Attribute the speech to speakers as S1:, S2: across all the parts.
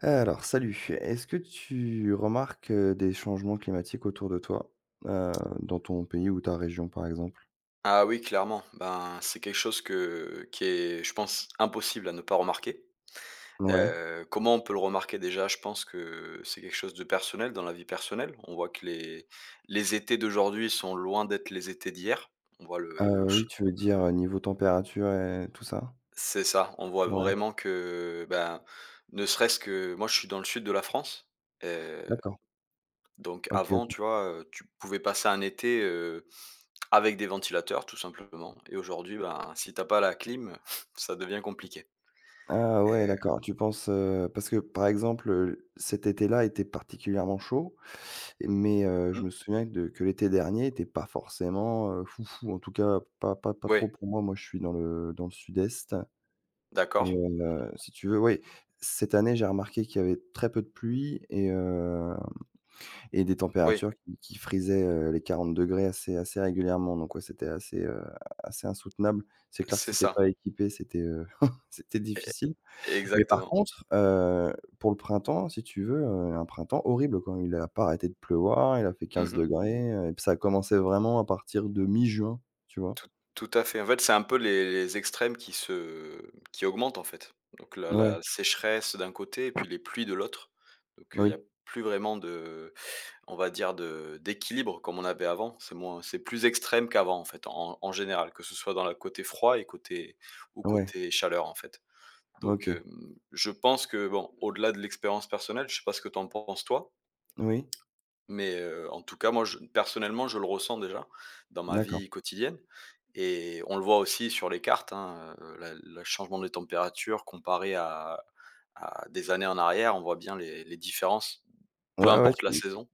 S1: Alors, salut. Est-ce que tu remarques, des changements climatiques autour de toi? Heu, dans ton pays ou ta région, par exemple?
S2: Ah oui, clairement. Ben, c'est quelque chose que qui est, je pense, impossible à ne pas remarquer.
S1: Ouais.
S2: Comment on peut le remarquer déjà? Je pense que c'est quelque chose de personnel, dans la vie personnelle. On voit que les étés d'aujourd'hui sont loin d'être les étés d'hier. On voit le ch
S1: Oui, tu veux dire, niveau température et tout ça?
S2: C'est ça, on voit
S1: Ouais,
S2: vraiment que, ben, ne serait-ce que moi je suis dans le sud de la France, euh,
S1: d'accord.
S2: Donc
S1: OK, OK.
S2: avant, tu vois, tu pouvais passer un été, avec des ventilateurs tout simplement. Et aujourd'hui, ben, si t'as pas la clim, ça devient compliqué
S1: Ah ouais,
S2: et
S1: d'accord. Tu penses, parce que, par exemple, cet été-là était particulièrement chaud, mais je
S2: mmh,
S1: me souviens de que l'été dernier était pas forcément, foufou. En tout cas, pas
S2: oui,
S1: trop pour moi. Moi, je suis dans le sud-est. Et
S2: d'accord,
S1: si tu veux, oui, cette année, j'ai remarqué qu'il y avait très peu de pluie et des
S2: oui,
S1: températures qui frisaient, les 40 degrés assez régulièrement. Donc ouais, c'était assez insoutenable. C'est clair que
S2: c'est
S1: si t'es pas
S2: ça.
S1: équipé, c'était, c'était difficile.
S2: e
S1: Mais par
S2: exactement.
S1: contre, pour le printemps, si tu veux, un printemps horrible, quand il a pas arrêté de pleuvoir, il a fait quinze
S2: Mmh,
S1: degrés. Et puis ça a commencé vraiment à partir de mi-juin, tu vois?
S2: tout tout à fait. En fait, c'est un peu les extrêmes qui augmentent, en fait. Donc la
S1: Ouais,
S2: la sécheresse d'un côté et puis les pluies de l'autre. Donc, il y
S1: oui,
S2: a plus vraiment de, on va dire, de d'équilibre comme on avait avant. C'est plus extrême qu'avant, en fait, en général, que ce soit dans le côté froid et côté ou
S1: ouais,
S2: côté chaleur, en fait. Donc
S1: OK,
S2: hem, je pense que, bon, au-delà de l'expérience personnelle, je sais pas ce que t'en penses toi,
S1: oui,
S2: mais en tout cas, moi je, personnellement, je le ressens déjà dans ma
S1: d'accord.
S2: vie quotidienne, et on le voit aussi sur les cartes, hein. Heu, la le changement des températures comparé à des années en arrière, on voit bien les différences, peu
S1: Ouais, ouais.
S2: importe
S1: tu
S2: la saison.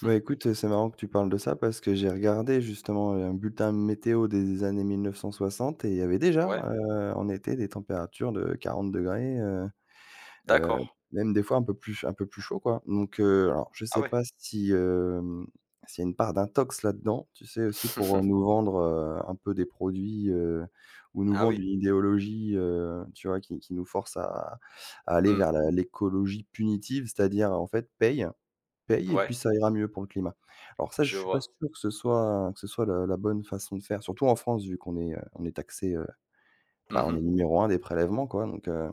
S1: Bah, écoute, c'est marrant que tu parles de ça parce que j'ai regardé justement, un bulletin météo des années 1960 et il y avait déjà,
S2: Ouais?
S1: en été des températures de 40°, heu,
S2: D'accord.
S1: même des fois un peu plus chaud, quoi. Donc alors je
S2: Ah
S1: sais
S2: ouais.
S1: pas si, s'il y a une part d'intox là-dedans, tu sais? Aussi pour, nous vendre, un peu des produits, où nous
S2: Ah
S1: vendre
S2: oui.
S1: une idéologie, tu vois? Qui nous force à aller
S2: Mmh,
S1: vers la l'écologie punitive, c'est-à-dire en fait paye et
S2: ouais,
S1: puis ça ira mieux pour le climat. Alors ça, je
S2: je
S1: suis pas
S2: vois.
S1: sûr que ce soit la bonne façon de faire, surtout en France vu qu'on est, on est taxé, bah, on est
S2: Mmh,
S1: numéro un des prélèvements quoi donc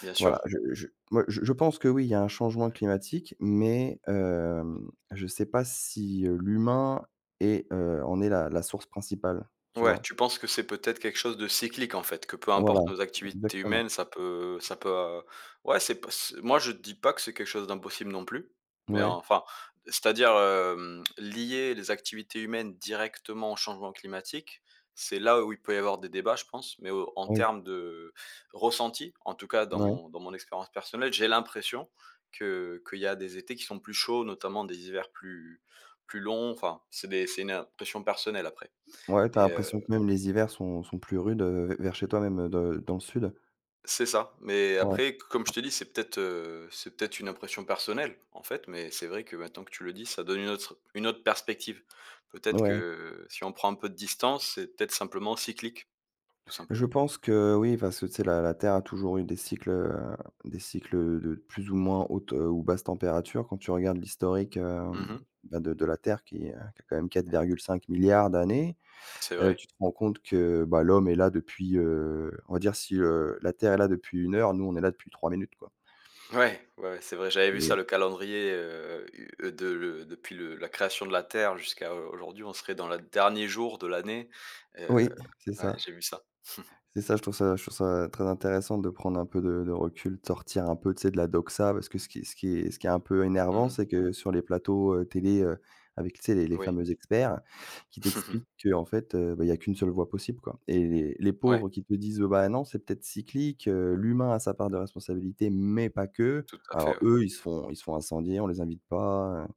S2: bien
S1: voilà,
S2: sûr.
S1: je moi je pense que oui, il y a un changement climatique mais je sais pas si, l'humain est, en est la source principale, tu
S2: Ouais,
S1: vois?
S2: tu penses que c'est peut-être quelque chose de cyclique, en fait, que peu
S1: Voilà,
S2: importe nos activités
S1: exactement.
S2: humaines, ça peut, ça peut, ouais. C'est pas, c moi je dis pas que c'est quelque chose d'impossible non plus, mais
S1: Ouais,
S2: enfin, c'est-à-dire, lier les activités humaines directement au changement climatique, c'est là où il peut y avoir des débats, je pense. Mais au en
S1: oui,
S2: termes de ressenti, en tout cas dans
S1: ouais.
S2: mon expérience personnelle, j'ai l'impression que qu'il y a des étés qui sont plus chauds, notamment des hivers plus longs. Enfin, c'est une impression personnelle, après.
S1: Ouais, t'as
S2: et heu
S1: l'impression que même les hivers sont plus rudes, vers chez toi même, de dans le sud.
S2: C'est ça, mais
S1: Ouais,
S2: après, comme je t'ai dit, c'est peut-être une impression personnelle, en fait. Mais c'est vrai que maintenant que tu le dis, ça donne une autre perspective. Peut-être
S1: ouais.
S2: que si on prend un peu de distance, c'est peut-être simplement cyclique, tout
S1: Je
S2: simplement.
S1: pense que oui, parce que, tu sais, la Terre a toujours eu des cycles, de plus ou moins hautes, ou basses températures. Quand tu regardes l'historique,
S2: Mmh.
S1: bah, de la Terre qui a quand même 4,5 d'années,
S2: C'est vrai.
S1: tu te rends compte que, bah, l'homme est là depuis, on va dire si, la Terre est là depuis une heure, nous, on est là depuis 3 minutes, quoi.
S2: Ouais, ouais, ouais, c'est vrai, j'avais vu ça,
S1: Et
S2: le calendrier, u de le depuis le la création de la Terre jusqu'à au aujourd'hui, on serait dans le dernier jour de l'année, heu,
S1: oui, c'est
S2: ouais,
S1: ça.
S2: j'ai vu ça.
S1: C'est ça, je trouve ça très intéressant de prendre un peu de recul, de sortir un peu, tu sais, de la doxa parce que ce qui est un peu énervant,
S2: Mmh.
S1: c'est que sur les plateaux, télé, avec, tu sais, les
S2: Oui.
S1: fameux experts qui t'expliquent que en fait, bah, il y n'y a qu'une seule voie possible, quoi. Et les
S2: Ouais,
S1: pauvres qui te disent: «Bah, non, c'est peut-être cyclique, l'humain a sa part de responsabilité, mais pas que».
S2: tout à
S1: Alors
S2: fait, ouais.
S1: eux, ils se font incendier, on les invite pas.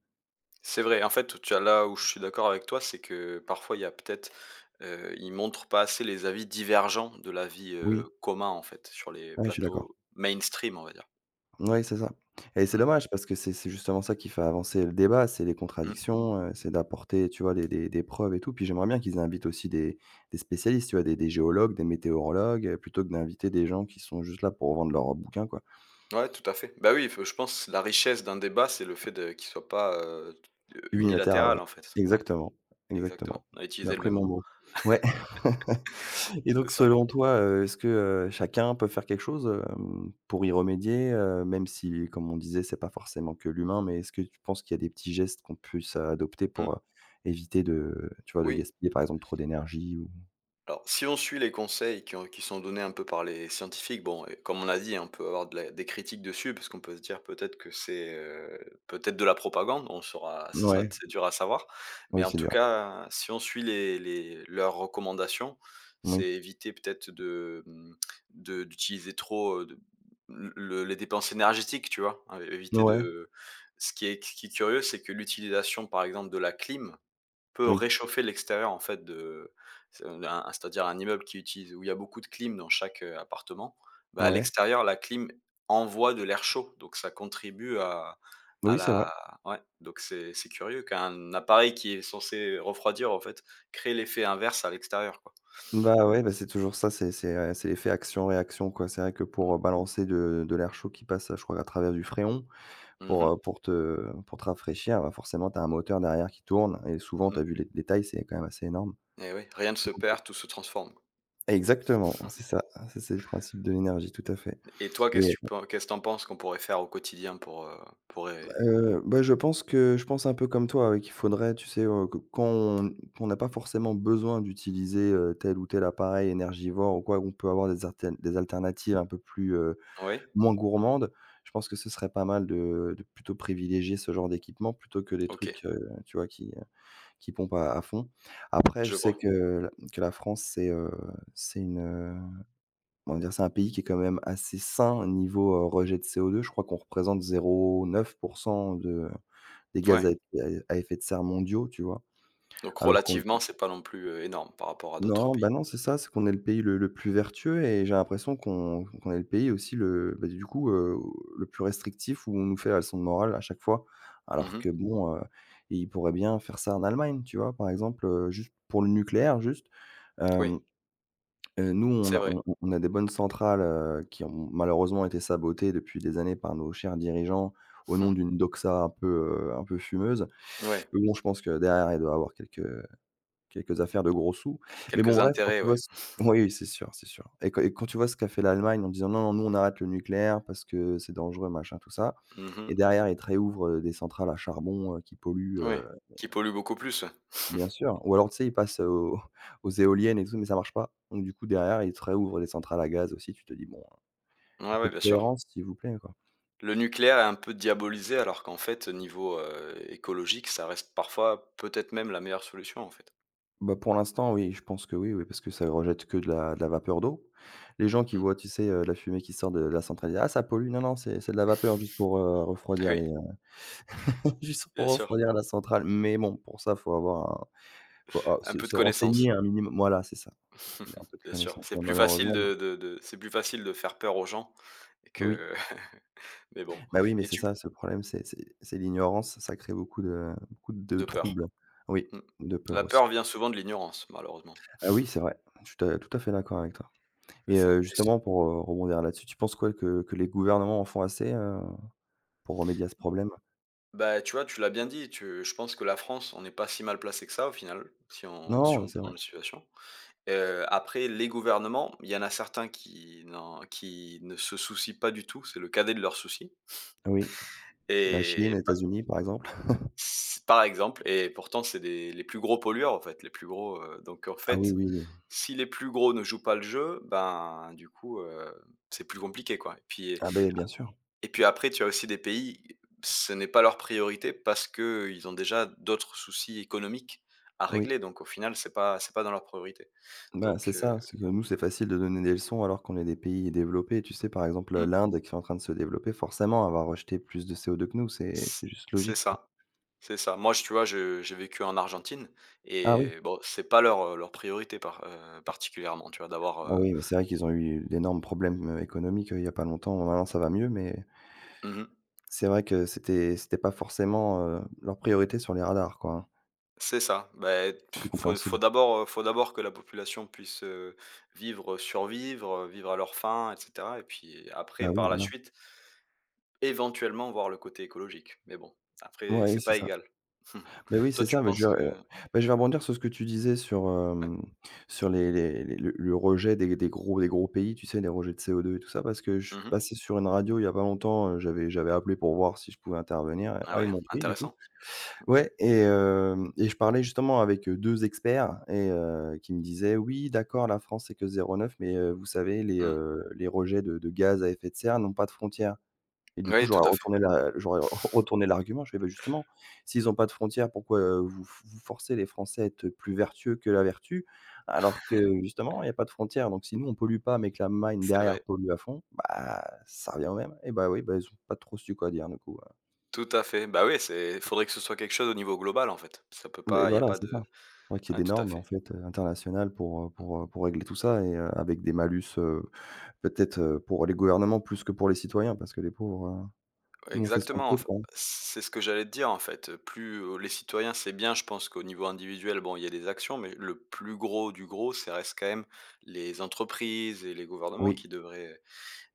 S2: C'est vrai, en fait, tu as là où je suis d'accord avec toi, c'est que parfois il y a peut-être, ils montrent pas assez les avis divergents de l'avis,
S1: Oui,
S2: commun, en fait, sur les
S1: ouais, je suis d'accord.
S2: plateaux mainstream, on va dire. Mmh,
S1: Oui, c'est ça. Et c'est dommage parce que c'est justement ça qui fait avancer le débat, c'est les
S2: mmh, mmh.
S1: contradictions, c'est d'apporter, tu vois, des preuves et tout. Puis j'aimerais bien qu'ils invitent aussi des spécialistes, tu vois, des géologues, des météorologues, plutôt que d'inviter des gens qui sont juste là pour vendre leurs bouquins, quoi.
S2: Ouais, tout à fait. Bah oui, f je pense que la richesse d'un débat, c'est le fait de qu'il soit pas,
S1: Unilatéral,
S2: unilatéral,
S1: ouais.
S2: en fait. Ouais,
S1: Exactement, exactement.
S2: exactement. On a
S1: Tu
S2: utilisé
S1: m'as
S2: le
S1: pris
S2: même
S1: mon
S2: mot.
S1: mot. Ouais. Et
S2: C'est
S1: donc
S2: ça.
S1: selon toi, est-ce que, chacun peut faire quelque chose, pour y remédier, même si comme on disait, c'est pas forcément que l'humain, mais est-ce que tu penses qu'il y a des petits gestes qu'on puisse adopter pour,
S2: Mmh,
S1: éviter de tu vois, de
S2: oui.
S1: gaspiller par exemple trop d'énergie ou?
S2: Alors, si on suit les conseils qui sont donnés un peu par les scientifiques, bon, et comme on a dit, hein, on peut avoir de la des critiques dessus, parce qu'on peut se dire peut-être que c'est, peut-être de la propagande, on saura, ce sera
S1: Ouais,
S2: c'est dur à savoir. Mais
S1: oui,
S2: en
S1: c'est
S2: tout
S1: dur.
S2: cas, si on suit les leurs recommandations, c'est
S1: Oui.
S2: éviter peut-être de, mmh, de d'utiliser trop, de le les dépenses énergétiques, tu vois? Éviter
S1: Ouais,
S2: de Ce qui est curieux, c'est que l'utilisation, par exemple, de la clim, peut
S1: oui,
S2: réchauffer l'extérieur, en fait. De c'est un C'est-à-dire, un immeuble qui utilise, où il y a beaucoup de clim dans chaque, appartement, bah, à
S1: ouais.
S2: l'extérieur la clim envoie de l'air chaud, donc ça contribue à
S1: Oui, c'est vrai.
S2: la, ouais. Donc c'est curieux qu'un appareil qui est censé refroidir, en fait, crée l'effet inverse à l'extérieur, quoi.
S1: Bah, ouais, bah, c'est toujours ça, c'est l'effet action-réaction, quoi. C'est vrai que pour,
S2: Mmh.
S1: balancer de l'air chaud qui passe, je crois, à travers du fréon
S2: Mmh
S1: pour,
S2: mh.
S1: pour te rafraîchir, bah, forcément, tu as un moteur derrière qui tourne et souvent, tu
S2: Mmh,
S1: as vu les tailles, c'est quand même assez énorme.
S2: et oui, rien ne se
S1: Donc
S2: perd, tout se transforme.
S1: exactement, c'est ça. Ça, c'est le principe de l'énergie, tout à fait.
S2: Et toi,
S1: Et
S2: qu'est-ce que tu penses qu'on pourrait faire au quotidien pour é
S1: bah, je pense un peu comme toi, oui, qu'il faudrait, tu sais, que quand on qu'on n'a pas forcément besoin d'utiliser, tel ou tel appareil énergivore ou quoi, on peut avoir des alternatives un peu plus,
S2: oui?
S1: moins gourmande. Je pense que ce serait pas mal de plutôt privilégier ce genre d'équipement plutôt que des
S2: OK,
S1: trucs, tu vois, qui pompent à fond. Après, je
S2: je
S1: sais
S2: vois.
S1: que la France, c'est une, comment dire? C'est un pays qui est quand même assez sain niveau, rejet de CO2. Je crois qu'on représente 0,9 de des gaz
S2: Ouais.
S1: à effet de serre mondiaux, tu vois?
S2: Donc
S1: Alors qu'on.
S2: relativement, c'est pas non plus, énorme par rapport à d'autres
S1: Non, bah,
S2: pays.
S1: non, c'est ça, c'est qu'on est le pays le plus vertueux et j'ai l'impression qu'on est le pays aussi bah, du coup, le plus restrictif où on nous fait la leçon de morale à chaque fois. Alors
S2: Mmh.
S1: que bon, ils pourraient bien faire ça en Allemagne, tu vois? Par exemple, juste pour le nucléaire juste,
S2: Oui,
S1: hem, nous
S2: c'est vrai.
S1: on a des bonnes centrales, qui ont malheureusement été sabotées depuis des années par nos chers dirigeants au nom
S2: Mmh.
S1: d'une doxa un peu fumeuse.
S2: Ouais,
S1: Mais bon, je pense que derrière, il doit y avoir quelques affaires de gros sous. Mais bon,
S2: quelques
S1: bref, quand
S2: intérêts,
S1: tu vois
S2: ouais.
S1: ce. Oui, oui, c'est sûr, c'est sûr. Et quand tu vois ce qu'a fait l'Allemagne en disant: «Non, non, nous, on arrête le nucléaire parce que c'est dangereux, machin, tout ça». Et
S2: Mmh.
S1: derrière, ils te réouvrent, des centrales à charbon, qui polluent,
S2: Ouais, qui polluent beaucoup plus, ouais.
S1: bien sûr. Ou alors, tu sais, ils passent aux aux éoliennes et tout, mais ça marche pas. Donc du coup, derrière, ils te réouvrent des centrales à gaz aussi. Tu te dis: «Bon, un
S2: Ouais,
S1: peu
S2: ouais,
S1: de
S2: bien sûr.
S1: cohérence, s'il vous plaît, quoi».
S2: Le nucléaire est un peu diabolisé, alors qu'en fait, niveau, écologique, ça reste parfois peut-être même la meilleure solution, en fait.
S1: Bah, pour l'instant, oui, je pense que oui, oui, parce que ça rejette que de la vapeur d'eau. Les gens qui
S2: Mmh.
S1: voient, tu sais, la fumée qui sort de la centrale, ils disent: «Ah ça pollue». Non, non, c'est de la vapeur juste pour,
S2: Eh
S1: refroidir
S2: oui,
S1: les, juste pour
S2: bien sûr.
S1: refroidir la centrale. Mais bon, pour ça, faut,
S2: Un
S1: se
S2: peu de
S1: se
S2: connaissance.
S1: renseigner un minimum. Voilà, c'est ça. Un peu de
S2: Bien sûr.
S1: connaissance,
S2: C'est
S1: mais
S2: plus facile
S1: malheureusement, non.
S2: de faire peur aux gens
S1: Oui,
S2: que mais bon,
S1: bah, oui, mais
S2: et
S1: c'est
S2: tu
S1: ça, ce problème, c'est l'ignorance, ça crée beaucoup de
S2: de peur.
S1: troubles. Oui,
S2: Mmh.
S1: de peur
S2: La
S1: aussi.
S2: peur vient souvent de l'ignorance, malheureusement.
S1: Ah oui, c'est vrai, je suis tout à fait d'accord avec toi.
S2: C'est
S1: Et
S2: ça. Et c
S1: justement pour, rebondir là-dessus, tu penses quoi que les gouvernements en font assez, pour remédier à ce problème?
S2: bah, tu vois, tu l'as bien dit. Tu Je pense que la France, on n'est pas si mal placé que ça, au final, si on
S1: Non, c'est
S2: prend
S1: vrai.
S2: la situation. Après, les gouvernements, il y en a certains qui ne se soucient pas du tout, c'est le cadet de leurs soucis
S1: Oui, la Chine, les
S2: et pa
S1: États-Unis par exemple.
S2: c par exemple, et pourtant c'est des les plus gros pollueurs, en fait, les plus gros. Donc, en
S1: Ah oui,
S2: fait,
S1: oui, oui.
S2: si les plus gros ne jouent pas le jeu, ben, du coup, c'est plus compliqué, quoi. Et puis,
S1: Ah ben bien sûr.
S2: et puis après, tu as aussi des pays, ce n'est pas leur priorité parce qu'ils ont déjà d'autres soucis économiques à
S1: Oui,
S2: régler. Donc au final, c'est pas dans leur priorité.
S1: bah, c'est
S2: Donc
S1: ça, c'est que nous, c'est facile de donner des leçons alors qu'on est des pays développés. Tu sais, par exemple,
S2: mmh,
S1: l'Inde qui est en train de se développer, forcément, elle va rejeter plus de CO2 que nous, c'est
S2: c
S1: c'est juste
S2: c'est
S1: logique, quoi.
S2: ça, c'est ça. Moi, je, tu vois, je j'ai vécu en Argentine,
S1: Ah oui,
S2: et bon, c'est pas leur priorité, particulièrement, tu vois? D'avoir,
S1: Ah oui, mais c'est vrai qu'ils ont eu d'énormes problèmes, économiques, il y a pas longtemps. Maintenant, ça va mieux, mais
S2: mmh
S1: c'est vrai que c'était pas forcément, leur priorité sur les radars, quoi, hein.
S2: c'est ça. Beh,
S1: C'est
S2: faut faut
S1: compréhensible.
S2: d'abord, heu, faut d'abord que la population puisse, vivre, survivre, vivre à leurs fins, et cetera, et puis
S1: Bah,
S2: après,
S1: oui,
S2: par la
S1: voilà.
S2: suite éventuellement voir le côté écologique, mais bon, après
S1: Ouais,
S2: c'est
S1: c'est
S2: pas
S1: ça.
S2: égal.
S1: Bah oui, c'est
S2: Toi tu
S1: ça, mais je
S2: penses
S1: vais
S2: que,
S1: bah, je vais rebondir sur ce que tu disais sur,
S2: ouais.
S1: sur les le rejet des gros pays, tu sais, les rejets de CO2 et tout ça, parce que je suis
S2: Mmh.
S1: passé sur une radio il y a pas longtemps, j'avais appelé pour voir si je pouvais intervenir.
S2: Ah
S1: Ah, ils
S2: ouais,
S1: m'ont pris du coup.
S2: intéressant.
S1: Ouais. Et je parlais justement avec, 2 experts et qui me disaient: «Oui, d'accord, la France, c'est que 0,9 mais vous savez,
S2: Mmh.
S1: les rejets de gaz à effet de serre n'ont pas de frontières». Et du coup,
S2: Oui, tout à fait,
S1: j'aurais retourné l'argument. Je fais: «Bah, justement, s'ils ont pas de frontières, pourquoi, vous forcez les Français à être plus vertueux que la vertu? Alors que justement, il y a pas de frontières, donc si nous on pollue pas, mais que la l'Allemagne
S2: c'est
S1: derrière
S2: vrai.
S1: pollue à fond, bah, ça revient au même». Et bah, oui, bah, ils ont pas trop su quoi dire du coup.
S2: Tout à fait. Bah oui, c'est il faudrait que ce soit quelque chose au niveau global, en fait. Ça peut
S1: Mais
S2: pas, il y a
S1: voilà,
S2: pas
S1: c'est ça.
S2: de,
S1: Faudrait qu'il y
S2: ouais,
S1: ait des
S2: tout à
S1: normes en
S2: fait.
S1: fait, internationales pour régler tout ça et avec des malus, peut-être, pour les gouvernements plus que pour les citoyens parce que les pauvres, nous on fait ce qu'on
S2: Exactement,
S1: peut
S2: enf
S1: quoi.
S2: c'est ce que j'allais te dire, en fait. Plus, les citoyens, c'est bien, je pense qu'au niveau individuel, bon, il y a des actions, mais le plus gros du gros, ça reste quand même les entreprises et les gouvernements
S1: Oui,
S2: qui devraient.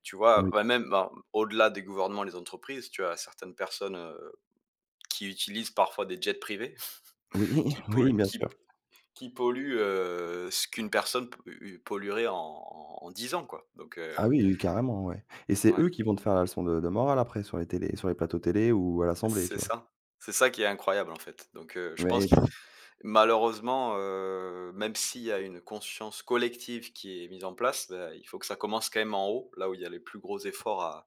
S2: Tu vois?
S1: oui,
S2: Bah, même, ben, au-delà des gouvernements, les entreprises, tu as certaines personnes, qui utilisent parfois des jets privés
S1: oui,
S2: qui
S1: oui,
S2: polluent
S1: bien
S2: qui
S1: sûr.
S2: qui polluent, ce qu'une personne p u polluerait en 10 ans, quoi. Donc
S1: Ah oui, oui, carrément, ouais, et c'est
S2: ouais,
S1: eux qui vont te faire la leçon de morale après sur les télés sur les plateaux télé ou à l'assemblée, tu
S2: c'est
S1: vois?
S2: ça. C'est ça qui est incroyable, en fait. Donc je pense
S1: Mais
S2: que malheureusement, même s'il y a une conscience collective qui est mise en place, bah, il faut que ça commence quand même en haut, là où il y a les plus gros efforts à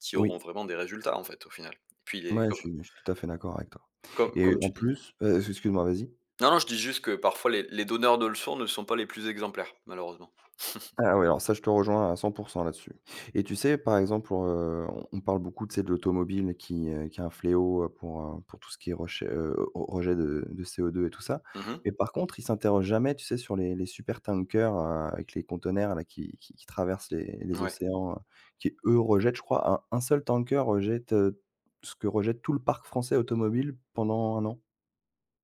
S2: qui auront
S1: oui,
S2: vraiment des résultats, en fait, au final. Et puis les
S1: ouais, je
S2: comme
S1: suis je suis tout à fait d'accord avec toi
S2: comme
S1: et
S2: comme
S1: en
S2: tu dis.
S1: plus, excuse-moi, vas-y.
S2: Non, non, je dis juste que parfois les donneurs de leçons ne sont pas les plus exemplaires, malheureusement.
S1: Ah oui, alors ça, je te rejoins à 100% là-dessus. Et tu sais, par exemple, on parle beaucoup, tu sais, de l'automobile qui est un fléau, pour tout ce qui est rejet, re rejet de CO2 et tout ça.
S2: Mmh.
S1: Mais par contre, ils s'interrogent jamais, tu sais, sur les super tankers avec les conteneurs là qui traversent les
S2: Ouais.
S1: océans, qui eux rejettent, je crois, un seul tanker rejette ce que rejette tout le parc français automobile pendant un an,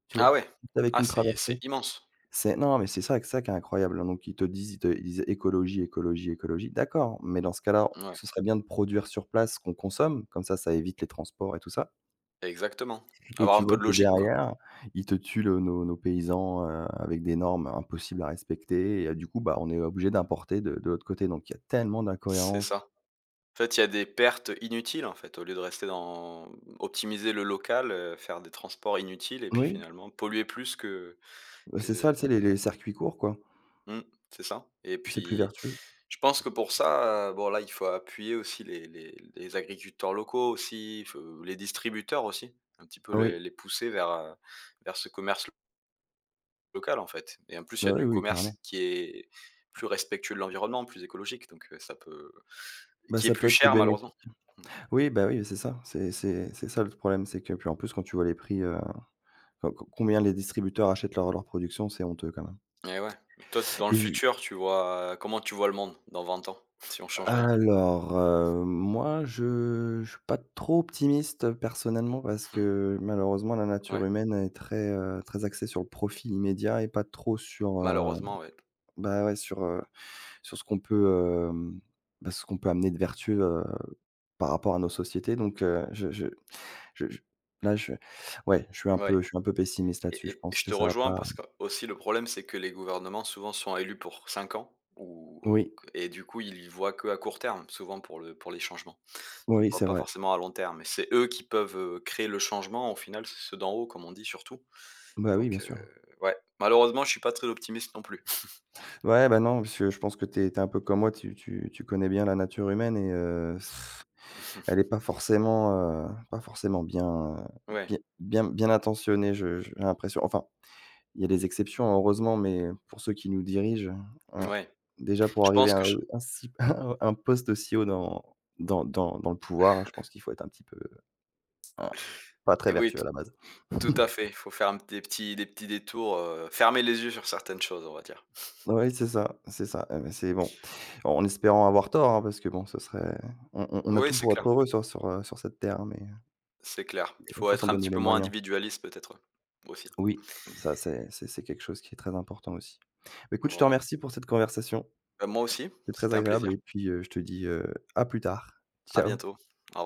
S1: tu vois?
S2: Ah ouais.
S1: Avec
S2: Ah
S1: une
S2: c'est
S1: traversée.
S2: c'est immense.
S1: C'est non, mais c'est ça qui est incroyable, hein, donc ils te disent ils te ils disent: «Écologie, écologie, écologie». D'accord, mais dans ce cas-là,
S2: Ouais,
S1: ce serait bien de produire sur place ce qu'on consomme, comme ça évite les transports et tout ça
S2: exactement.
S1: et
S2: Avoir
S1: tu
S2: un
S1: vois
S2: peu de
S1: que
S2: logique, quoi.
S1: derrière, ils te tuent le nos nos paysans, avec des normes impossibles à respecter et du coup, bah, on est obligé d'importer de l'autre côté, donc il y a tellement
S2: C'est
S1: d'incohérences.
S2: ça. En fait, il y a des pertes inutiles, en fait, au lieu de rester dans optimiser le local, faire des transports inutiles et puis
S1: Oui,
S2: finalement polluer plus que
S1: bah, c'est
S2: que
S1: ça, tu sais, les circuits courts, quoi.
S2: Mmh, c'est ça, et
S1: C'est plus
S2: puis,
S1: vertueux.
S2: je pense que pour ça, bon là, il faut appuyer aussi les agriculteurs locaux aussi, feu les distributeurs aussi, un petit peu
S1: Oui,
S2: les pousser vers ce commerce local, en fait. Et en plus, il y
S1: bah,
S2: a
S1: oui,
S2: du
S1: oui, carrément.
S2: commerce qui est plus respectueux de l'environnement, plus écologique, donc ça peut,
S1: Bah,
S2: qui est
S1: ça peut
S2: plus
S1: être que
S2: cher, malheureusement.
S1: bénéfique.
S2: Mmh,
S1: Oui, bah, oui, c'est ça, c'est ça le problème, c'est que puis en plus, quand tu vois les prix, Co co combien les distributeurs achètent leur production? C'est honteux quand même.
S2: et ouais, mais toi, dans le
S1: et je
S2: futur, tu vois comment tu vois le monde dans 20 ans si on change rien?
S1: alors, heu, moi je suis pas trop optimiste personnellement parce que malheureusement la nature
S2: Ouais,
S1: humaine est très, très axée sur le profit immédiat et pas trop sur,
S2: malheureusement, ouais.
S1: bah, ouais sur, sur ce qu'on peut, bah, ce qu'on peut amener de vertu par rapport à nos sociétés donc je là je ouais, je suis un
S2: Ouais.
S1: peu je suis un peu pessimiste là-dessus.
S2: Et
S1: Je
S2: et
S1: pense
S2: je
S1: que
S2: te
S1: ça va
S2: rejoins,
S1: pas.
S2: parce que aussi le problème, c'est que les gouvernements souvent sont élus pour 5 ans ou,
S1: Oui,
S2: et du coup, ils y voient que à court terme, souvent pour le pour les changements. Ils ne
S1: oui,
S2: voient
S1: c'est
S2: pas
S1: vrai.
S2: forcément à long terme, et c'est eux qui peuvent, créer le changement. Au final, c'est ceux d'en haut, comme on dit, surtout.
S1: Bah, oui,
S2: Donc
S1: bien sûr.
S2: ouais, malheureusement, je suis pas très optimiste non plus.
S1: Ouais, bah, non, parce que je pense que tu es un peu comme moi, tu connais bien la nature humaine et elle est pas forcément, pas forcément bien, heu,
S2: Ouais,
S1: bien intentionnée, j'ai l'impression. Enfin, il y a des exceptions heureusement, mais pour ceux qui nous dirigent, heu,
S2: ouais.
S1: déjà pour
S2: Je
S1: arriver
S2: pense
S1: à
S2: que je
S1: un si un poste aussi haut dans le pouvoir, je pense qu'il faut être un petit peu, hein, pas très
S2: Et oui,
S1: vertueux
S2: t
S1: à la base.
S2: tout à fait. Il faut faire un des petits détours, fermer les yeux sur certaines choses, on va dire.
S1: Oui, c'est ça, c'est ça. Eh beh, c'est bon, en espérant avoir tort, hein, parce que bon, ce serait on a
S2: Oui,
S1: tout
S2: c'est
S1: pour être
S2: clair,
S1: heureux sur sur cette terre, hein, mais
S2: c'est clair. Il
S1: il
S2: faut
S1: faut s'en
S2: être un
S1: donner
S2: petit
S1: les
S2: peu moins
S1: moyens.
S2: individualiste peut-être, ouais, aussi.
S1: Oui, ça c'est quelque chose qui est très important aussi. Bah, écoute, je te
S2: Voilà.
S1: remercie pour cette conversation,
S2: Bah, moi aussi,
S1: c'est très
S2: c'était un
S1: agréable
S2: plaisir.
S1: et puis, je te dis, à plus tard.
S2: À
S1: Ciao.
S2: bientôt. Au